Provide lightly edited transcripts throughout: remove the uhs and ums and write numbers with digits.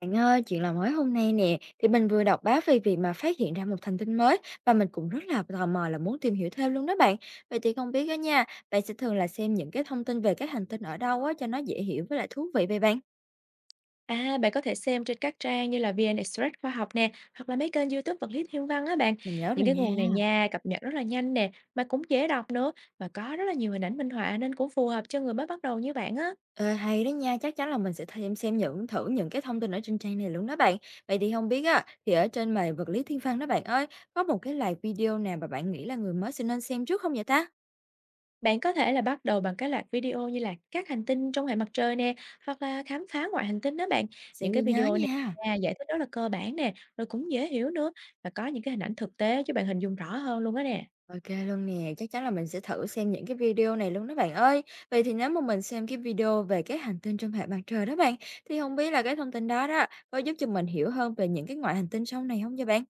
Bạn ơi, chuyện làm mới hôm nay nè, thì mình vừa đọc báo về việc mà phát hiện ra một thành tinh mới và mình cũng rất là tò mò là muốn tìm hiểu thêm luôn đó bạn. Vậy thì không biết đó nha, bạn sẽ thường là xem những cái thông tin về các hành tinh ở đâu á cho nó dễ hiểu với lại thú vị vậy bạn. À, bạn có thể xem trên các trang như là VN Express khoa học nè, hoặc là mấy kênh YouTube vật lý thiên văn á bạn. Mình nhớ Những rồi cái nha. nguồn này nha, cập nhật rất là nhanh nè, mà cũng dễ đọc nữa và có rất là nhiều hình ảnh minh họa nên cũng phù hợp cho người mới bắt đầu như bạn á. Ờ, hay đó nha, chắc chắn là mình sẽ thêm xem những thử những cái thông tin ở trên trang này luôn đó bạn. Vậy thì không biết á, thì ở trên bài vật lý thiên văn đó bạn ơi, có một cái live video nào mà bạn nghĩ là người mới sẽ nên xem trước không vậy ta? Bạn có thể là bắt đầu bằng cái loạt video như là các hành tinh trong hệ mặt trời nè, hoặc là khám phá ngoại hành tinh đó bạn. Sẽ Những cái ghi nhớ video này nha. nha, giải thích rất là cơ bản nè, rồi cũng dễ hiểu nữa và có những cái hình ảnh thực tế cho bạn hình dung rõ hơn luôn á nè. OK luôn nè, chắc chắn là mình sẽ thử xem những cái video này luôn đó bạn ơi. Vậy thì nếu mà mình xem cái video về cái hành tinh trong hệ mặt trời đó bạn, thì không biết là cái thông tin đó đó, có giúp cho mình hiểu hơn về những cái ngoại hành tinh sau này không vậy bạn?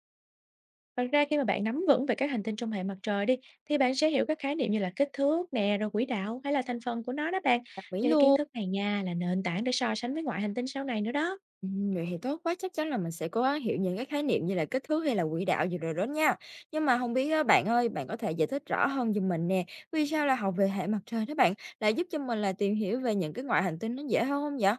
Thật ra khi mà bạn nắm vững về các hành tinh trong hệ mặt trời đi thì bạn sẽ hiểu các khái niệm như là kích thước nè, rồi quỹ đạo hay là thành phần của nó đó bạn. Đặc biệt Những cái kiến luôn. thức này nha là nền tảng để so sánh với ngoại hành tinh sau này nữa đó. Vậy thì tốt quá, chắc chắn là mình sẽ cố gắng hiểu những cái khái niệm như là kích thước hay là quỹ đạo gì rồi đó nha. Nhưng mà không biết á, bạn ơi, bạn có thể giải thích rõ hơn giùm mình nè, vì sao là học về hệ mặt trời đó bạn, lại giúp cho mình là tìm hiểu về những cái ngoại hành tinh nó dễ hơn không vậy?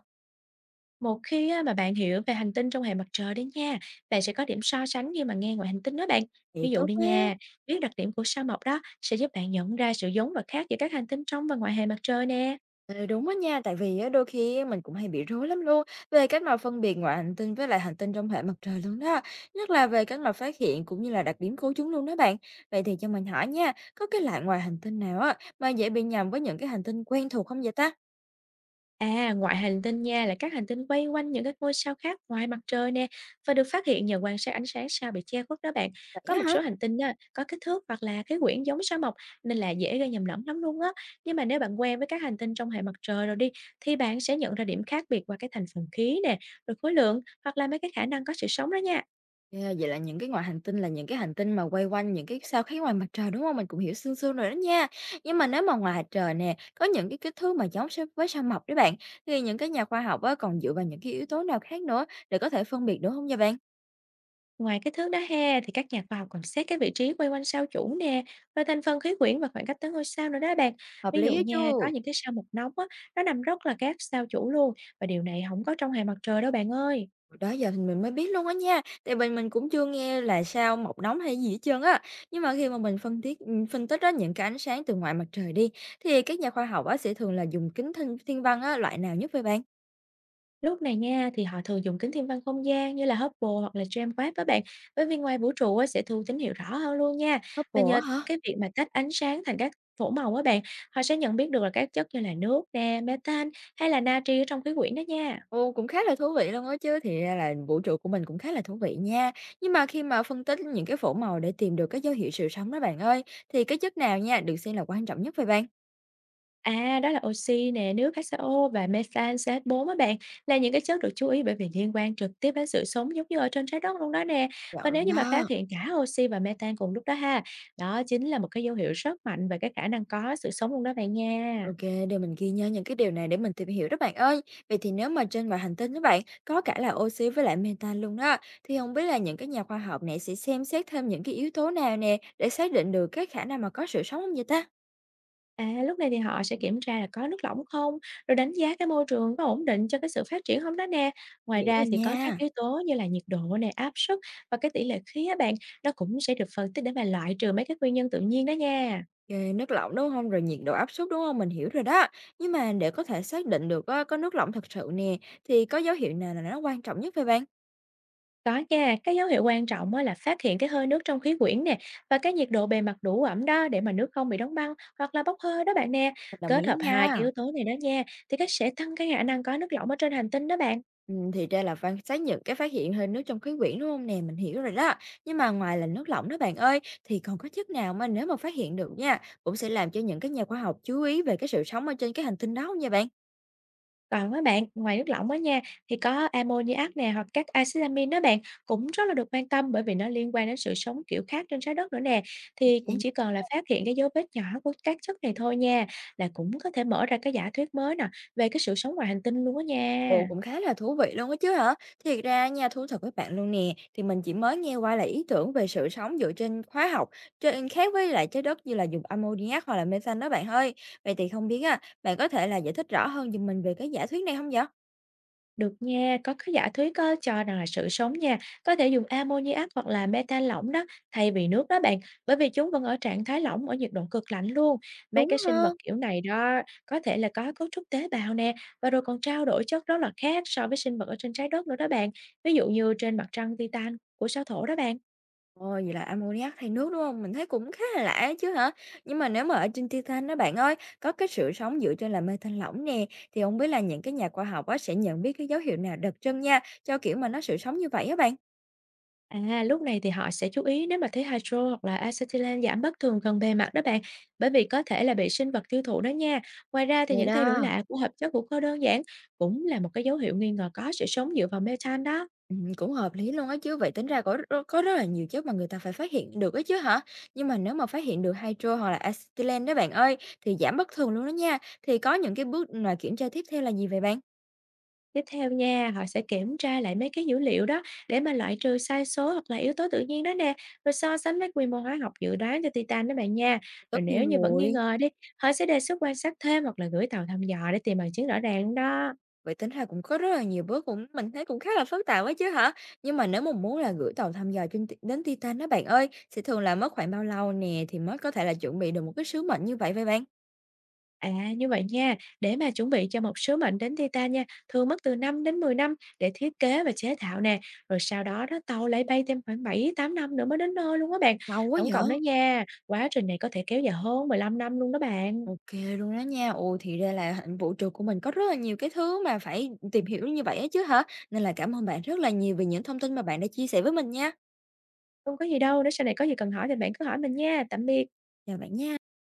Một khi á, mà bạn hiểu về hành tinh trong hệ mặt trời đi nha, bạn sẽ có điểm so sánh khi mà nghe ngoại hành tinh đó bạn. Ví Vậy dụ tốt đi quá. nha, biết đặc điểm của sao Mộc đó sẽ giúp bạn nhận ra sự giống và khác giữa các hành tinh trong và ngoài hệ mặt trời nè. Ừ, đúng á nha, tại vì á, đôi khi á, mình cũng hay bị rối lắm luôn về cách mà phân biệt ngoại hành tinh với lại hành tinh trong hệ mặt trời luôn đó, nhất là về cách mà phát hiện cũng như là đặc điểm của chúng luôn đó bạn. Vậy thì cho mình hỏi nha, có cái loại ngoài hành tinh nào á mà dễ bị nhầm với những cái hành tinh quen thuộc không vậy ta? À, ngoại hành tinh nha là các hành tinh quay quanh những cái ngôi sao khác ngoài mặt trời nè và được phát hiện nhờ quan sát ánh sáng sao bị che khuất đó bạn. Có Vậy á một hả? số hành tinh á, có kích thước hoặc là cái quyển giống sao Mộc nên là dễ gây nhầm lẫn lắm luôn á. Nhưng mà nếu bạn quen với các hành tinh trong hệ mặt trời rồi đi thì bạn sẽ nhận ra điểm khác biệt qua cái thành phần khí nè, rồi khối lượng hoặc là mấy cái khả năng có sự sống đó nha. Yeah, vậy là những cái ngoại hành tinh là những cái hành tinh mà quay quanh những cái sao khác ngoài mặt trời, đúng không? Mình cũng hiểu sương sương rồi đó nha. Nhưng mà nếu mà ngoài mặt trời nè, có những cái kích thước mà giống sao với sao Mộc đấy bạn, thì những cái nhà khoa học á còn dựa vào những cái yếu tố nào khác nữa để có thể phân biệt được không nha bạn? Ngoài kích thước đó ha, thì các nhà khoa học còn xét cái vị trí quay quanh sao chủ nè, và thành phần khí quyển và khoảng cách tới ngôi sao nữa đó bạn. Hợp Ví dụ lý á chứ? nha, có những cái sao Mộc nóng á, nó nằm rất là sát sao chủ luôn, và điều này không có trong hệ mặt trời đâu bạn ơi. Đó giờ thì mình mới biết luôn á nha, tại vì mình cũng chưa nghe là sao Mộc nóng hay gì hết trơn á. Nhưng mà khi mà mình phân tích á những cái ánh sáng từ ngoài mặt trời đi, thì các nhà khoa học á sẽ thường là dùng kính thiên thiên văn á, loại nào nhất vậy bạn? Lúc này nha, thì họ thường dùng kính thiên văn không gian như là Hubble hoặc là James Webb đó bạn, bởi vì ngoài vũ trụ á, sẽ thu tín hiệu rõ hơn luôn nha. Và Hubble nhờ á hả? cái việc mà tách ánh sáng thành các phổ màu á bạn, họ sẽ nhận biết được là các chất như là nước nè, methane hay là natri ở trong khí quyển đó nha. Ồ, cũng khá là thú vị luôn á chứ, thì ra là vũ trụ của mình cũng khá là thú vị nha. Nhưng mà khi mà phân tích những cái phổ màu để tìm được cái dấu hiệu sự sống đó bạn ơi, thì cái chất nào nha được xem là quan trọng nhất vậy bạn? À, đó là oxy nè, nước H2O và methane CH4 á bạn, là những cái chất được chú ý bởi vì liên quan trực tiếp đến sự sống giống như ở trên trái đất luôn đó nè. Dạ Và nếu đúng như mà phát đó. hiện cả oxy và methane cùng lúc đó ha, đó chính là một cái dấu hiệu rất mạnh về cái khả năng có sự sống luôn đó bạn nha. OK, để mình ghi nhớ những cái điều này để mình tìm hiểu đó bạn ơi. Vậy thì nếu mà trên ngoài hành tinh đó bạn, có cả là oxy với lại methane luôn đó, thì không biết là những cái nhà khoa học này sẽ xem xét thêm những cái yếu tố nào nè để xác định được cái khả năng mà có sự sống không vậy ta? À, lúc này thì họ sẽ kiểm tra là có nước lỏng không, rồi đánh giá cái môi trường có ổn định cho cái sự phát triển không đó nè. Ngoài Hiểu ra rồi thì có các nha. yếu tố như là nhiệt độ nè, áp suất và cái tỷ lệ khí á bạn, nó cũng sẽ được phân tích để mà loại trừ mấy cái nguyên nhân tự nhiên đó nha. Kê, nước lỏng, đúng không? Rồi nhiệt độ áp suất, đúng không? Mình hiểu rồi đó. Nhưng mà để có thể xác định được á, có nước lỏng thật sự nè, thì có dấu hiệu nào là nó quan trọng nhất vậy bạn? Có nha, cái dấu hiệu quan trọng á là phát hiện cái hơi nước trong khí quyển nè và cái nhiệt độ bề mặt đủ ẩm đó để mà nước không bị đóng băng hoặc là bốc hơi đó bạn nè. Mình đồng Kết ý hợp hai cái nha. yếu tố này đó nha thì cái sẽ tăng cái khả năng có nước lỏng ở trên hành tinh đó bạn. Thì ra là quan sát những cái phát hiện hơi nước trong khí quyển, đúng không nè? Mình hiểu rồi đó. Nhưng mà ngoài là nước lỏng đó bạn ơi, thì còn có chất nào mà nếu mà phát hiện được nha, cũng sẽ làm cho những cái nhà khoa học chú ý về cái sự sống ở trên cái hành tinh đó hông vậy bạn? Còn với bạn, ngoài nước lỏng đó nha thì có ammoniac nè hoặc các axit amin đó bạn cũng rất là được quan tâm bởi vì nó liên quan đến sự sống kiểu khác trên trái đất nữa nè. Ô. Thì cũng chỉ cần là phát hiện cái dấu vết nhỏ của các chất này thôi nha là cũng có thể mở ra cái giả thuyết mới nè về cái sự sống ngoài hành tinh luôn đó nha. Ồ, cũng khá là thú vị luôn á chứ hả? Thiệt ra nha, thú thật với bạn luôn nè, thì mình chỉ mới nghe qua là ý tưởng về sự sống dựa trên hóa học, trên khác với lại trái đất như là dùng ammoniac hoặc là methane đó bạn ơi. Vậy thì không biết á, bạn có thể là giải thích rõ hơn giùm mình về cái giả thuyết này không vậy? Được nha, có cái giả thuyết có cho rằng là sự sống nha, có thể dùng ammoniac hoặc là methane lỏng đó thay vì nước đó bạn, bởi vì chúng vẫn ở trạng thái lỏng ở nhiệt độ cực lạnh luôn. Mấy Đúng cái sinh vật hơn. kiểu này đó có thể là có cấu trúc tế bào nè, và rồi còn trao đổi chất rất là khác so với sinh vật ở trên trái đất nữa đó bạn. Ví dụ như trên mặt trăng Titan của sao Thổ đó bạn. Ồ, vậy là ammoniac thay nước đúng không? Mình thấy cũng khá là lạ ấy chứ hả? Nhưng mà nếu mà ở trên Titan đó bạn ơi, có cái sự sống dựa trên là methane lỏng nè, thì không biết là những cái nhà khoa học á sẽ nhận biết cái dấu hiệu nào đặc trưng nha, cho kiểu mà nó sự sống như vậy á bạn. À, lúc này thì họ sẽ chú ý nếu mà thấy hydro hoặc là acetylen giảm bất thường gần bề mặt đó bạn, bởi vì có thể là bị sinh vật tiêu thụ đó nha. Ngoài ra thì Vậy những thay đổi đó. lạ của hợp chất hữu cơ đơn giản cũng là một cái dấu hiệu nghi ngờ có sự sống dựa vào methane đó. Cũng hợp lý luôn á chứ, vậy tính ra có rất là nhiều chất mà người ta phải phát hiện được á chứ hả? Nhưng mà nếu mà phát hiện được hydro hoặc là acetylen đó bạn ơi, thì giảm bất thường luôn đó nha, thì có những cái bước mà kiểm tra tiếp theo là gì vậy bạn? Tiếp theo nha, họ sẽ kiểm tra lại mấy cái dữ liệu đó để mà loại trừ sai số hoặc là yếu tố tự nhiên đó nè, rồi so sánh với quy mô hóa học dự đoán cho Titan đó bạn nha. Rồi Tất nếu nhiên như vẫn nghi rồi, ngờ đi, họ sẽ đề xuất quan sát thêm hoặc là gửi tàu thăm dò để tìm bằng chứng rõ ràng đó. vậy tính ra cũng có rất là nhiều bước cũng mình thấy cũng khá là phức tạp á chứ hả? Nhưng mà nếu mà muốn là gửi tàu thăm dò trên t đến Titan đó bạn ơi, sẽ thường là mất khoảng bao lâu nè thì mới có thể là chuẩn bị được một cái sứ mệnh như vậy vậy bạn? À, như vậy nha, để mà chuẩn bị cho một sứ mệnh đến Titan nha, thường mất từ 5 đến 10 năm để thiết kế và chế tạo nè, rồi sau đó đó tàu lại bay thêm khoảng 7 8 năm nữa mới đến nơi luôn đó bạn. Lâu quá Tổng cộng đó nhở. nha, quá trình này có thể kéo dài hơn 15 năm luôn đó bạn. OK luôn đó nha. Ồ, thì ra là hạnh vũ trụ của mình có rất là nhiều cái thứ mà phải tìm hiểu như vậy á chứ hả? Nên là cảm ơn bạn rất là nhiều vì những thông tin mà bạn đã chia sẻ với mình nha. Không có gì đâu, nếu sau này có gì cần hỏi thì bạn cứ hỏi mình nha. Tạm biệt. Chào bạn nha.